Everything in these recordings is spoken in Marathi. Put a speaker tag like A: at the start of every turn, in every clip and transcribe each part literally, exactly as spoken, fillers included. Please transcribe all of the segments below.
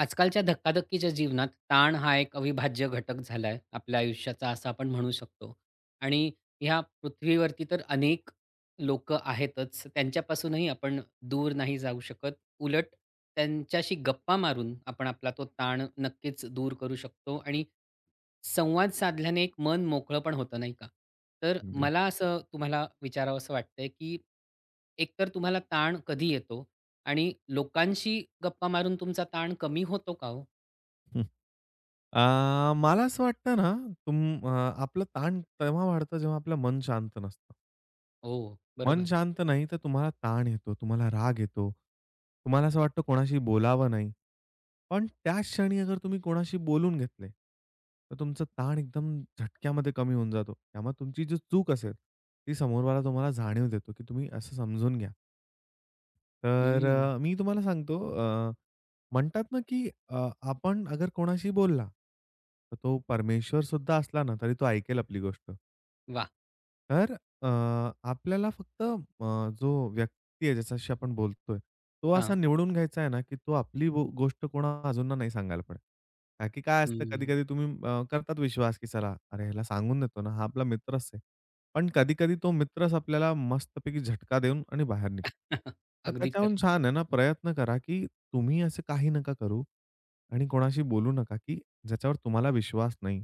A: आजकालच्या धक्काधक्कीच्या जीवनात ताण हा एक अविभाज्य घटक झाला आहे आपल्या आयुष्याचा असं आपण म्हणू शकतो आणि ह्या पृथ्वीवरती तर अनेक लोक आहेतच त्यांच्यापासूनही आपण दूर नाही जाऊ शकत. उलट त्यांच्याशी गप्पा मारून आपण आपला तो ताण नक्कीच दूर करू शकतो आणि संवाद साधल्याने एक मन मोकळं पण होतं नाही का? तर
B: अगदी.
A: मला असं तुम्हाला विचारावं असं वाटतंय की एकतर तुम्हाला ताण कधी येतो आणि लोकांशी गप्पा मारून तुमचा ताण कमी होतो का हो?
B: हं. अ, मला असं वाटतं ना, तुम अ, आपलं ताण तेव्हा वाढतं जेव्हा आपलं मन शांत नसतं.
A: हो,
B: मन
A: बरोबर.
B: शांत नाही तर तुम्हाला ताण येतो, तुम्हाला राग येतो. तुम्हाला असं वाटतं कोणाशी बोलावं नाही. पण त्याच क्षणी अगर तुम्ही कोणाशी बोलून घेतले, तर तुमचा ताण एकदम झटक्यामध्ये कमी होऊन जातो. त्यामुळे तुमची जी चूक असेल, ती समोरवाला तुम्हाला जाणीव देतो, की तुम्ही असं समजून घ्या. तर
A: हं.
B: अ, मी तुम्हाला सांगतो अ, म्हणतात ना, की अ, आपण अगर कोणाशी बोलला, तर तो परमेश्वरसुद्धा असला ना, तरी तो ऐकेल आपली गोष्ट.
A: वाह!
B: तर अ, आपल्याला फक्त अ, जो व्यक्ती आहे ज्याच्याशी आपण बोलतोय, तो
A: हां.
B: असा निवडून घ्यायचा आहे ना, की तो आपली गो गोष्ट कोणा अजूनना नाही सांगायला पडेल. का की काय असतं
A: हं.
B: कधी-कधी तुम्ही अ, करतात विश्वास, की चला अरे ह्याला सांगून देतो ना, हा आपला मित्रच आहे. पण कधी-कधी तो मित्रच आपल्याला मस्तपैकी झटका देऊन आणि बाहेर निघतो. तर
A: अगदी खरं.
B: त्याच्याहून छान आहे ना, प्रयत्न करा, की तुम्ही असं काही नका करू आणि कोणाशी बोलू नका, की ज्याच्यावर तुम्हाला विश्वास नाही.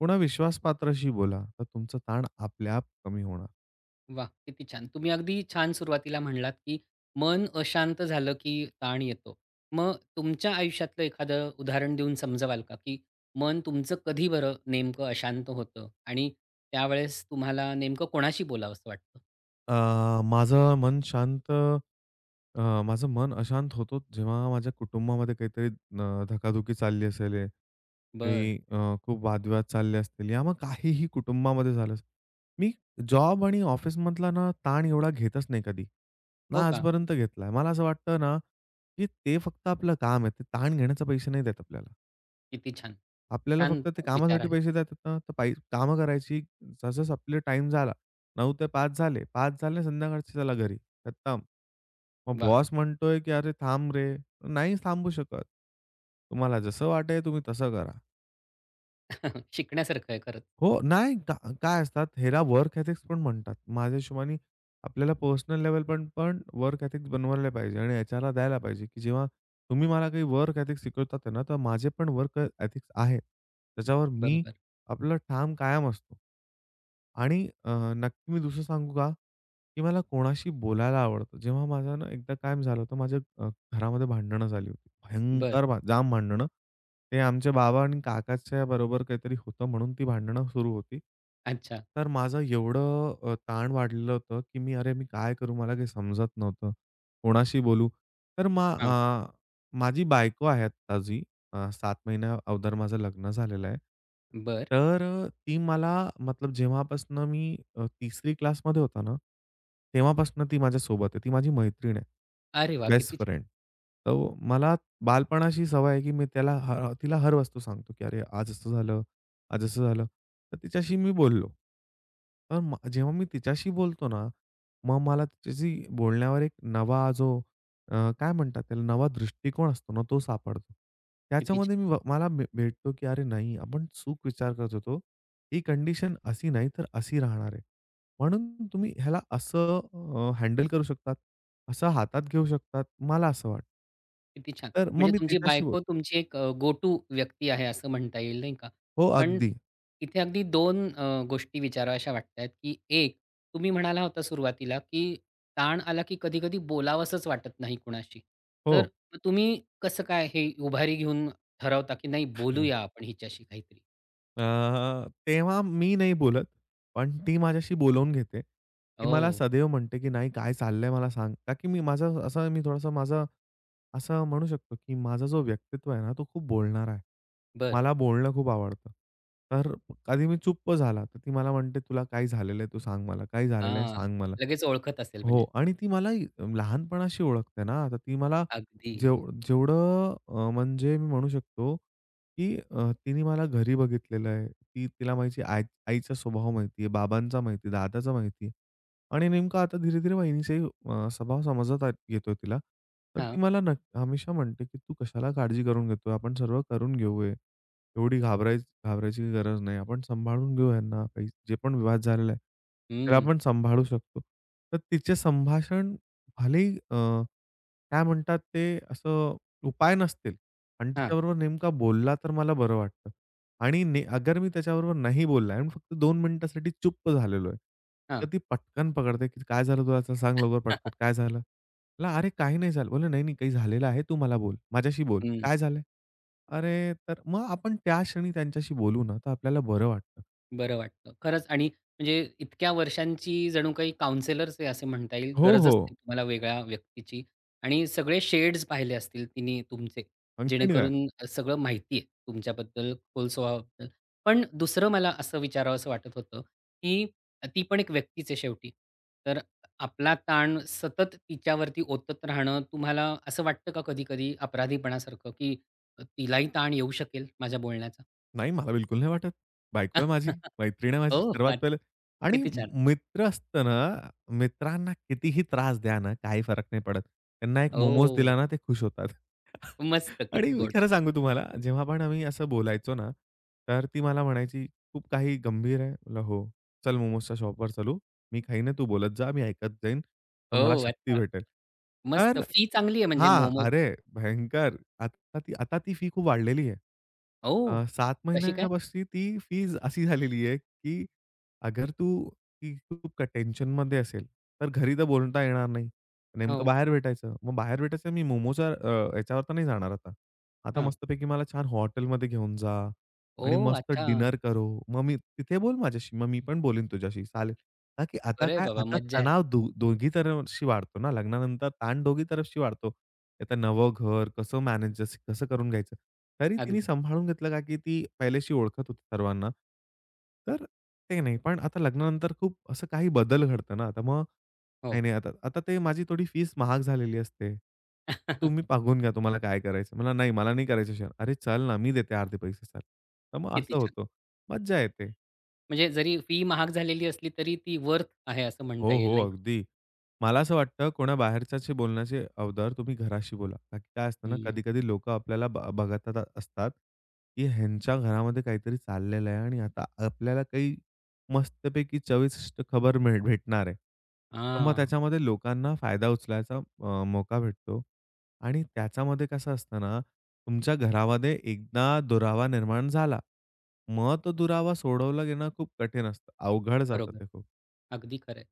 B: पुन्हा विश्वासपात्राशी बोला, तर तुमचा ताण आपल्याप कमी होणार.
A: वा, किती छान. तुम्ही अगदी छान सुरुवातीला म्हणालात, की मन अशांत झालं की ताण येतो. मग तुमच्या आयुष्यातलं एखादं उदाहरण देऊन समजवाल का, की मन तुमचं कधी बरं नेमकं अशांत होतं आणि त्यावेळेस तुम्हाला नेमकं कोणाशी बोलावसं वाटतं?
B: अ, माझं मन शांत अ, माझं मन अशांत होतो जेव्हा माझ्या कुटुंबामध्ये काहीतरी अ, धकाधुकी चालली असेल, हे
A: बरं.
B: काही अ, खूप वादविवाद चालले असतील या मग काहीही कुटुंबामध्ये झालं असेल. मी जॉब आणि ऑफिसमधला ना ताण एवढा घेतच नाही कधी.
A: हो
B: ना
A: का?
B: आजपर्यंत घेतलाय. मला असं वाटतं ना, की ते फक्त आपलं काम आहे. ते ताण घेण्याचे पैसे नाही देत आपल्याला.
A: किती छान.
B: आपल्याला
A: छान
B: फक्त ते
A: विचार
B: कामासाठी
A: आहे.
B: पैसे देतात ना, तर पायी कामं करायची. जसंच आपले टाईम झाला, नऊ ते पाच झाले. पाच झाले संध्याकाळचे चला घरी, खतम. मग
A: वाह!
B: बॉस म्हणतोय, की "अरे थांब रे!" नाही थांबू शकत. तुम्हाला जसं वाटेल तुम्ही तसं करा.
A: शिकण्यासारखं आहे खरंच.
B: हो, नाही का काय असतात ह्याला वर्क एथिक्स पण म्हणतात. माझ्या हिशोबाने आपल्याला पर्सनल लेव्हल पण पण वर्क एथिक्स बनवायला पाहिजे आणि एचआरला द्यायला पाहिजे, की जेव्हा तुम्ही मला काही वर्क एथिक्स शिकवतात आहे ना, तर माझे पण वर्क एथिक्स आहेत. त्याच्यावर मी
A: बरोबर.
B: आपलं ठाम कायम असतो. आणि अ, नक्की मी दुसरं सांगू का? की मला कोणाशी बोलायला आवडतं. जेव्हा माझं ना एकदा कायम झालं होतं माझ्या घरामध्ये भांडणं झाली होती.
A: बरं.
B: भयंकर भा जाम भांडणं. ते आमचे बाबा आणि काकाच्या बरोबर काहीतरी होतं म्हणून ती भांडणं सुरू होती.
A: अच्छा.
B: तर माझं एवढं अ, ताण वाढलेलं होतं, की मी "अरे, मी काय करू? मला काही समजत नव्हतं. कोणाशी बोलू?" तर मा
A: हां.
B: अ, माझी बायको आहे आत्ता जी अ, सात महिन्या अगोदर माझं लग्न झालेलं आहे.
A: बरं.
B: तर अ, ती मला मतलब जेव्हापासनं मी अ, 3री क्लासमध्ये होता ना, तेव्हापासनं ती माझ्यासोबत आहे. ती माझी मैत्रीण आहे.
A: अरे वाह!
B: बेस्ट
A: किती
B: फ्रेंड.
A: छान,
B: तर मला बालपणाची सवय आहे, की मी त्याला ह तिला हर वस्तू सांगतो, की "अरे, आज असं झालं, आज असं झालं." तर तिच्याशी मी बोललो. तर म जेव्हा मी तिच्याशी बोलतो ना, मग मला तिच्याशी बोलण्यावर एक नवा जो अ, काय म्हणतात त्याला नवा दृष्टिकोन असतो ना, तो सापडतो.
A: किती
B: त्याच्यामध्ये
A: छान,
B: मी व- मला भे भेटतो, की "अरे नाही, आपण चूक विचार करत होतो. ही कंडिशन अशी नाही तर अशी राहणार आहे." म्हणून तुम्ही ह्याला असं अ, हँडल करू शकतात, असं हातात घेऊ शकतात, मला असं वाटतं.
A: किती छान.
B: तर मग
A: म्हणजे
B: मी
A: तुमची
B: तिच्याशी बोल
A: बायको तुमची एक अ, गो टू व्यक्ती आहे असं म्हणता येईल नाही का?
B: हो,
A: पण
B: अगदी.
A: इथे अगदी दोन अ, गोष्टी विचाराव्याशा वाटतायत, की एक तुम्ही म्हणाला होता सुरुवातीला, की ताण आला की कधी-कधी बोलावसंच वाटत नाही कुणाशी. तर
B: हो.
A: मग तुम्ही कसं काय हे उभारी घेऊन ठरवता, की नाही बोलूया आपण हिच्याशी काहीतरी?
B: अ, तेव्हा मी नाही बोलत, पण ती माझ्याशी बोलावून घेते. ती मला
A: ओह!
B: सदैव म्हणते, की "नाही, काय चाललंय मला सांग." का की मी माझा असा मी थोडासा माझा असं म्हणू शकतो, की माझा जो व्यक्तित्व आहे ना, तो खूप बोलणारा आहे.
A: बरं.
B: मला बोलणं खूप आवडतं. तर कधी मी चुप्प झाला, तर ती मला म्हणते, "तुला काय झालेलं आहे? तू सांग मला. काय झालेलं आहे?
A: हां.
B: सांग मला."
A: लगेच ओळखत असेल
B: हो
A: म्हणजे.
B: आणि ती मला ही लहानपणाशी ओळखते ना, तर ती मला
A: अगदी.
B: जेव जेवढं अ, म्हणजे मी म्हणू शकतो, की अ, तिने मला घरी बघितलेलं आहे. ती तिला माहिती आई आईचा स्वभाव माहिती आहे, बाबांचा माहिती दादाचा माहिती आणि नेमका आता धीरे-धीरे वहिनीचाही अ, स्वभाव समजत आहे येतोय तिला. तर
A: हां.
B: ती मला नक हमेशा म्हणते, की "तू कशाला काळजी करून घेतोय? आपण सर्व करून घेऊ हे. एवढी घाबराय घाबरायची गरज नाही. आपण सांभाळून घेऊ ह्यांना. काही जे पण विवाद झालेला आहे, त्याला
A: हं.
B: आपण सांभाळू शकतो." तर तिचे संभाषण भलेही अ, काय म्हणतात ते असं उपाय नसतील आणि
A: हां,
B: तिच्याबरोबर नेमका बोलला तर मला बरं वाटतं. आणि ने अगर मी त्याच्याबरोबर नाही बोलला आणि फक्त दोन मिनिटासाठी चुप्प झालेलो आहे.
A: हां.
B: तर ती पटकन पकडते, की "काय झालं तुला? चल सांग लवकर पटकन काय झालं?" म्हटलं, "अरे काही नाही झालं." बोलले, "नाही, नाही काही झालेलं आहे. तू मला बोल. माझ्याशी बोल.
A: हं,
B: काय झालंय?" अरे, तर मग आपण त्या क्षणी त्यांच्याशी बोलू ना, तर आपल्याला बरं वाटतं.
A: बरं वाटतं. खरंच. आणि म्हणजे इतक्या वर्षांची जणू काही काउंसेलरच आहे असे म्हणता येईल.
B: हो,
A: गरजच
B: हो.
A: नाही तुम्हाला वेगळ्या व्यक्तीची. आणि सगळे शेड्स पाहिले असतील तिने तुमचे,
B: आणखीन काय?
A: जेणेकरून सगळं माहिती आहे तुमच्याबद्दल, खोल स्वभावाबद्दल. पण दुसरं मला असं विचारावसं वाटत होतं, की ती पण एक व्यक्तीच आहे शेवटी. तर आपला ताण सतत तिच्यावरती ओतत राहणं तुम्हाला असं वाटतं का कधी-कधी अपराधीपणासारखं, की तिलाही ताण येऊ शकेल माझ्या बोलण्याचा?
B: नाही, मला बिलकुल नाही वाटत. बायको आहे माझी, मैत्रीण आहे माझी
A: ओह!
B: सर्वात
A: अच्छा.
B: पहिले. आणि
A: किती छान.
B: मित्र असतं ना, मित्रांना कितीही त्रास द्या ना, काही फरक नाही पडत. त्यांना एक मोमोज
A: ओह!
B: दिला ना, ते खुश होतात.
A: मस्त.
B: आणि
A: किती
B: मी
A: गोड.
B: खरं सांगू तुम्हाला, जेव्हा पण आम्ही असं बोलायचो ना, तर ती मला म्हणायची, "खूप काही गंभीर आहे?" म्हटलं, "हो, चल मोमोजच्या शॉपवर चलू. मी खाईन, तू बोलत जा, मी ऐकत जाईन, तर मला
A: ओह!
B: शक्ती
A: अच्छा.
B: भेटेल."
A: मस्त.
B: तर
A: फी चांगली आहे म्हणजे
B: हां.
A: मोमोज.
B: अरे भयंकर! आता ती आता ती फी खूप वाढलेली आहे.
A: ओह!
B: अ, सात
A: कशी काय?
B: महिन्यापासून ती फीज अशी झालेली आहे, की अगर तू ती खूप टेन्शनमध्ये असेल, तर घरी तर बोलता येणार नाही. नेमकं
A: हो.
B: बाहेर भेटायचं. मग बाहेर भेटायचं मी मोमोच्या अ, याच्यावर तर नाही जाणार आता. आता
A: हां.
B: मस्तपैकी मला छान हॉटेलमध्ये घेऊन जा आणि
A: ओह!
B: मस्त
A: अच्छा.
B: डिनर करू. मग मी तिथे बोल माझ्याशी. मग मी पण बोलीन तुझ्याशी. चालेल. का की आता
A: बरं आहे
B: काय,
A: बाबा.
B: आता
A: मज्जा आहे.
B: तणाव दो दोघी तरफशी वाढतो ना, लग्नानंतर ताण दोघी तरफशी वाढतो. आता नवं घर कसं मॅनेज कसं करून घ्यायचं. तरी
A: अगदी.
B: तिने सांभाळून घेतलं का की ती पहिल्याशी ओळखत होती सर्वांना. तर ते नाही. पण आता लग्नानंतर खूप असं काही बदल घडतं ना, तर मग
A: हो.
B: नाही, नाही आता आता ते माझी थोडी फीस महाग झालेली असते. तुम्ही बघून घ्या तुम्हाला काय करायचं. मला नाही, मला नाही करायचं शहर. अरे चल ना, मी देते अर्धे पैसे चल. तर मग
A: किती
B: असं
A: छान.
B: होतं. मज्जा येते.
A: म्हणजे जरी फी महाग झालेली असली तरी ती वर्थ आहे असं म्हणता
B: हो,
A: येईल
B: हो.
A: नाही का?
B: अगदी. मला असं वाटतं कोणा बाहेरच्याशी बोलण्याच्या अगोदर तुम्ही घराशी बोला. कारण की काय असतं ना,
A: हं.
B: कधी-कधी लोकं आपल्याला ब बघतात असतात, की ह्यांच्या घरामध्ये काहीतरी चाललेलं आहे आणि आता आपल्याला काही मस्तपैकी चविष्ट खबर मिळ भेटणार आहे. तर मग
A: हां.
B: त्याच्यामध्ये लोकांना फायदा उचलायचा अ, मौका भेटतो आणि त्याच्यामध्ये कसं असतं ना, तुमच्या घरामध्ये एकदा दुरावा निर्माण झाला, मग तो दुरावा सोडवला घेणं खूप कठीण असतं. अवघड जातं
A: बरोबर.
B: ते खूप.
A: अगदी खरं आहे.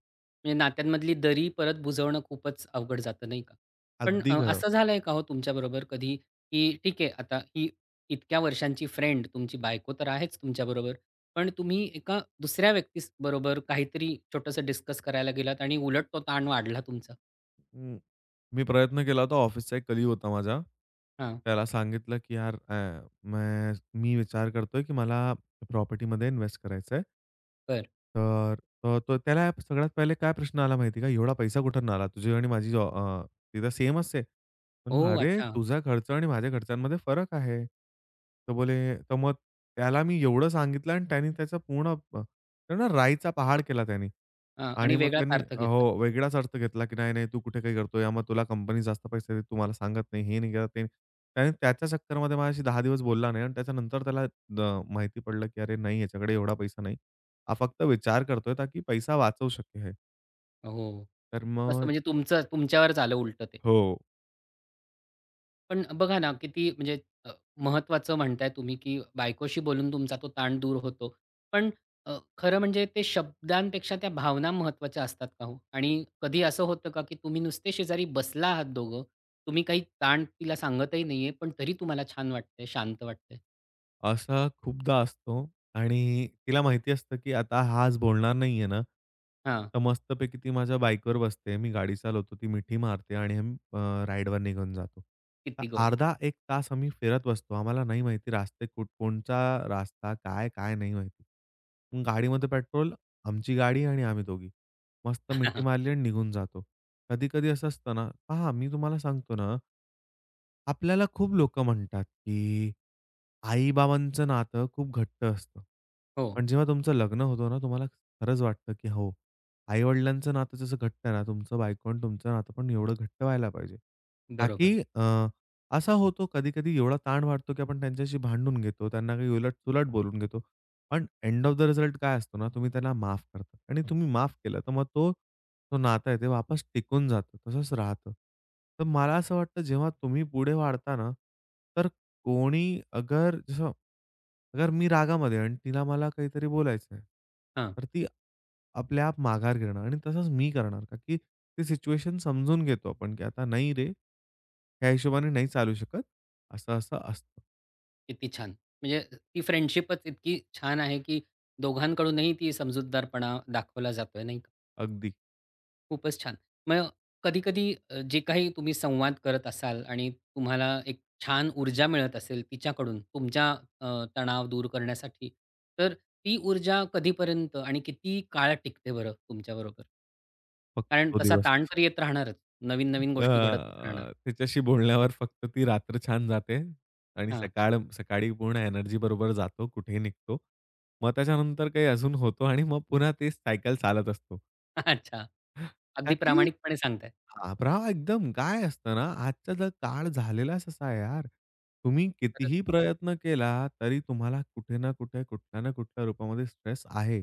A: म्हणजे नात्यांमधली दरी परत बुजवणं खूपच अवघड जातं नाही का? पण
B: अगदी
A: अ,
B: खरं.
A: असं झालंय का हो तुमच्याबरोबर कधी, की ठीक आहे आता ही इतक्या वर्षांची फ्रेंड तुमची बायको तर आहेच तुमच्याबरोबर, पण तुम्ही एका दुसऱ्या व्यक्तीस बरोबर काहीतरी छोटंसं डिस्कस करायला गेलात आणि उलट तो ताण वाढला तुमचा?
B: हं. मी प्रयत्न केला होता. ऑफिसचा एक कलीग होता माझा.
A: हां,
B: त्याला सांगितलं, की "यार अ, मैं मी विचार करतोय, की मला प्रॉपर्टीमध्ये इन्व्हेस्ट करायचंय."
A: बरं.
B: तर अ, तर तो त्याला सगळ्यात पहिले काय प्रश्न आला माहिती आहे का? "एवढा पैसा कुठून आला? तुझी आणि माझी जॉ अ, ती सेमच आहे." म्हणलं,
A: ओह!
B: "अरे,
A: अच्छा.
B: तुझा खर्च आणि माझ्या खर्चांमध्ये फरक आहे." तर बोले तर मग त्याला मी एवढं सांगितलं आणि त्याने त्याचा पूर्ण अ, त्यानं राईचा पहाड केला त्यानी.
A: हां आणि
B: आणि मग
A: वेगळाच
B: त्यांनी
A: अर्थ घेतला.
B: हो, वेगळाच अर्थ घेतला, की "नाही, नाही, तू कुठे काही करतोय? मग तुला कंपनी जास्त पैसे देते, तू मला सांगत नाही, हे नाही करत ते." नाही. त्याने त्याच्या चक्करमध्ये माझ्याशी दहा दिवस बोलला नाही आणि त्याच्यानंतर त्याला अ, माहिती पडलं, की "अरे नाही, याच्याकडे एवढा पैसा नाही. हा फक्त विचार करतोय ताकी पैसा वाचवू शकेल."
A: हो.
B: तर
A: तसं
B: मग
A: म्हणजे तुमचं तुमच्यावरच आलं उलटं ते.
B: हो.
A: पण बघा ना, किती म्हणजे अ, महत्त्वाचं म्हणताय तुम्ही, की बायकोशी बोलून तुमचा तो ताण दूर होतो. पण अ, खरं म्हणजे ते शब्दांपेक्षा त्या भावना महत्त्वाच्या असतात का हो? आणि कधी असं होतं का, की तुम्ही नुसते शेजारी बसला आहात दोघं, तुम्ही काही ताण तिला सांगतही नाहीये, पण तरी तुम्हाला छान वाटतंय, शांत वाटतंय?
B: असा खूपदा असतो आणि तिला माहिती असतं, की आता हा आज बोलणार नाहीये ना,
A: हां,
B: तर मस्तपैकी ती माझ्या बाईकवर बसते. मी गाडी चालवतो, ती मिठी मारते आणि आम्ही अ, राईडवर निघून जातो. तर
A: किती गोड.
B: अर्धा एक तास आम्ही फिरत बसतो. आम्हाला नाही माहिती रास्ते कुठ कोणचा रास्ता काय, काय नाही माहिती. मग गाडीमध्ये पेट्रोल, आमची गाडी आणि आम्ही दोघी. मस्त मिठी मारली आणि निघून जातो. कधी-कधी असं असतं ना पहा मी तुम्हाला सांगतो ना आपल्याला खूप लोकं म्हणतात, की आई-बाबांचं नातं खूप घट्ट असतं.
A: हो,
B: पण जेव्हा तुमचं लग्न होतं ना, तुम्हाला खरंच वाटतं, की हो, आई-वडिलांचं नातं जसं घट्ट आहे ना, तुमचं बायको आणि तुमचं नातं पण एवढं घट्ट व्हायला पाहिजे.
A: बरोबर.
B: ताकी अ, असा होतो कधी-कधी एवढा ताण वाढतो, की आपण त्यांच्याशी भांडून घेतो, त्यांना काही उलट-सुलट बोलून घेतो. पण एंड ऑफ द रिझल्ट काय असतो ना, तुम्ही त्यांना माफ करता आणि तुम्ही माफ केलं, तर मग तो तो नातं आहे ते वापस टिकून जातं. तसंच राहतं. तर मला असं वाटतं जेव्हा तुम्ही पुढे वाढता ना, तर कोणी अगर जसं अगर मी रागामध्ये आहे आणि तिला मला काहीतरी बोलायचं आहे,
A: हां,
B: तर ती आपल्या आप माघार घेणार आणि तसंच मी करणार का की ती सिच्युएशन समजून घेतो आपण की आता नाही रे, ह्या हिशोबाने नाही चालू शकत. असं-असं असतं.
A: किती छान. म्हणजे ती फ्रेंडशिपच इतकी छान आहे, की दोघांकडूनही ती समजूतदारपणा दाखवला जातोय, नाही?
B: अगदी
A: खूपच छान. मग कधी-कधी जे काही तुम्ही संवाद करत असाल आणि तुम्हाला एक छान ऊर्जा मिळत असेल तिच्याकडून तुमच्या अ, तणाव दूर करण्यासाठी, तर ती ऊर्जा कधीपर्यंत आणि किती काळ टिकते बरं तुमच्याबरोबर?
B: फक्त
A: कारण
B: तो
A: तसा
B: दिवस.
A: ताण तर येत राहणारच. नवीन-नवीन
B: अ,
A: गोष्टी घडतच राहणार.
B: तिच्याशी बोलण्यावर फक्त ती रात्र छान जाते आणि
A: हां.
B: सकाळ सकाळी पूर्ण एनर्जी बरोबर जातो, कुठेही निघतो. मग त्याच्यानंतर काही अजून होतो आणि मग पुन्हा तेच सायकल चालत असतो.
A: अच्छा.
B: का
A: अगदी
B: की
A: प्रामाणिकपणे सांगताय.
B: घाबरावा एकदम. काय असतं ना, आजचा जर काळ झालेलाच असा आहे यार. तुम्ही
A: खरंच.
B: कितीही प्रयत्न केला, तरी तुम्हाला कुठे ना कुठे, कुठल्या ना कुठल्या रूपामध्ये स्ट्रेस आहे.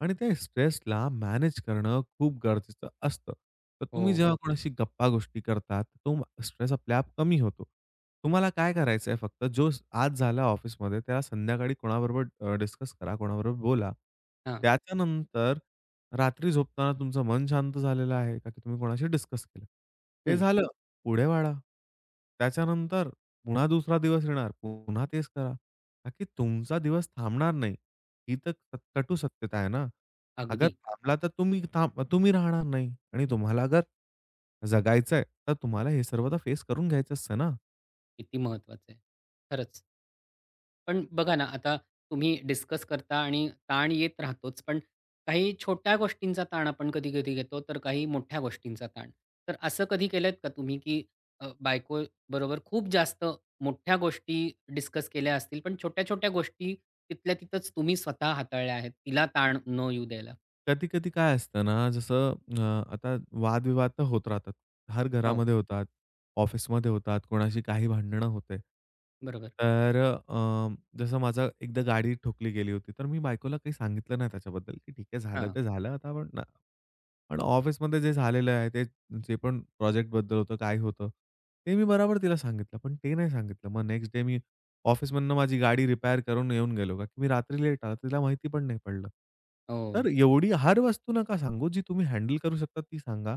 B: आणि त्या स्ट्रेसला मॅनेज करणं खूप गरजेचं असतं. तर
A: हो.
B: तुम्ही जेव्हा कोणाशी गप्पा-गोष्टी करतात, तो स्ट्रेस आपल्याआप कमी होतो. तुम्हाला काय करायचं आहे फक्त जो स- आज झाला ऑफिसमध्ये त्याला संध्याकाळी कोणाबरोबर डिस्कस करा, कोणाबरोबर बोला.
A: हां.
B: त्याच्यानंतर रात्री झोपताना तुमचं मन शांत झालेलं आहे का की तुम्ही कोणाशी डिस्कस केलं? ते
A: हं.
B: झालं, पुढे वाढा. त्याच्यानंतर पुन्हा दुसरा दिवस येणार, पुन्हा तेच करा. का की तुमचा दिवस थांबणार नाही. ही तर क- कटू सत्यता आहे ना. अगर
A: अगदी.
B: थांबला तर तुम्ही थांब तुम्ही राहणार नाही आणि तुम्हाला अगर जगायचंय, तर तुम्हाला हे सर्व तर फेस करून घ्यायचं असतं ना.
A: किती महत्वाचं आहे. खरंच. पण बघा ना, आता तुम्ही डिस्कस करता आणि ताण येत राहतोच, पण काही छोट्या गोष्टींचा ताण आपण कधी-कधी घेतो, तर काही मोठ्या गोष्टींचा ताण. तर असं कधी केलंत का तुम्ही, की अ, बायकोबरोबर खूप जास्त मोठ्या गोष्टी डिस्कस केल्या असतील, पण छोट्या-छोट्या गोष्टी तिथल्या तिथंच तुम्ही स्वतः हाताळल्या आहेत, तिला ताण न येऊ द्यायला?
B: कधी-कधी काय असतं ना, जसं अ, आता वादविवाद तर होत राहतात. हर
A: हो,
B: घरामध्ये होतात, ऑफिसमध्ये होतात, कोणाशी काही भांडणं होते.
A: बरोबर.
B: तर अ, जसं माझा एकदा गाडी ठोकली गेली होती, तर मी बायकोला काही सांगितलं नाही त्याच्याबद्दल, की ठीक आहे झालं
A: हां.
B: ते झालं, आता आपण ना पण ऑफिसमध्ये जे झालेलं आहे, ते जे पण प्रोजेक्टबद्दल होतं, काय होतं, ते मी बरोबर तिला सांगितलं. पण ते नाही सांगितलं. मग नेक्स्ट डे मी ऑफिसमधनं माझी गाडी रिपेअर करून येऊन गेलो, का की मी रात्री लेट आला. तिला माहिती पण नाही पडलं. तर
A: हो,
B: एवढी हर वस्तू नका सांगू. जी तुम्ही हँडल करू शकता ती सांगा.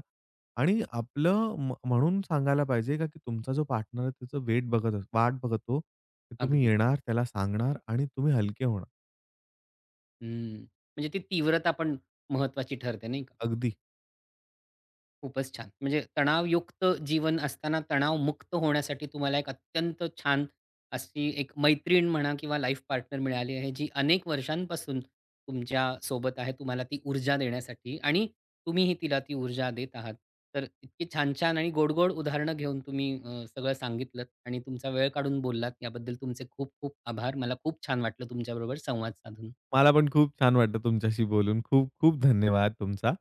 B: आणि आपलं म्ह म्हणून सांगायला पाहिजे, का की तुमचा जो पार्टनर आहे, त्याचं वेट बघत अस वाट बघतो, की तुम्ही
A: अगदी.
B: येणार, त्याला सांगणार आणि तुम्ही हलके होणार.
A: हं. म्हणजे ती तीव्रता पण महत्त्वाची ठरते, नाही?
B: अगदी.
A: खूपच छान. म्हणजे तणावयुक्त जीवन असताना तणावमुक्त होण्यासाठी तुम्हाला एक अत्यंत छान अशी एक मैत्रीण म्हणा किंवा लाईफ पार्टनर मिळाली आहे, जी अनेक वर्षांपासून तुमच्या सोबत आहे. तुम्हाला ती ऊर्जा देण्यासाठी आणि तुम्हीही तिला ती ऊर्जा देत आहात. तर इतकी छान-छान आणि गोड उदाहरणं घेऊन तुम्ही अ, सगळं सांगितलंत आणि तुमचा वेळ काढून बोललात. याबद्दल तुमचे खूप खूप आभार. मला खूप छान वाटलं तुमच्याबरोबर संवाद साधून.
B: मला पण खूप छान वाटलं तुमच्याशी बोलून. खूप खूप धन्यवाद तुमचा.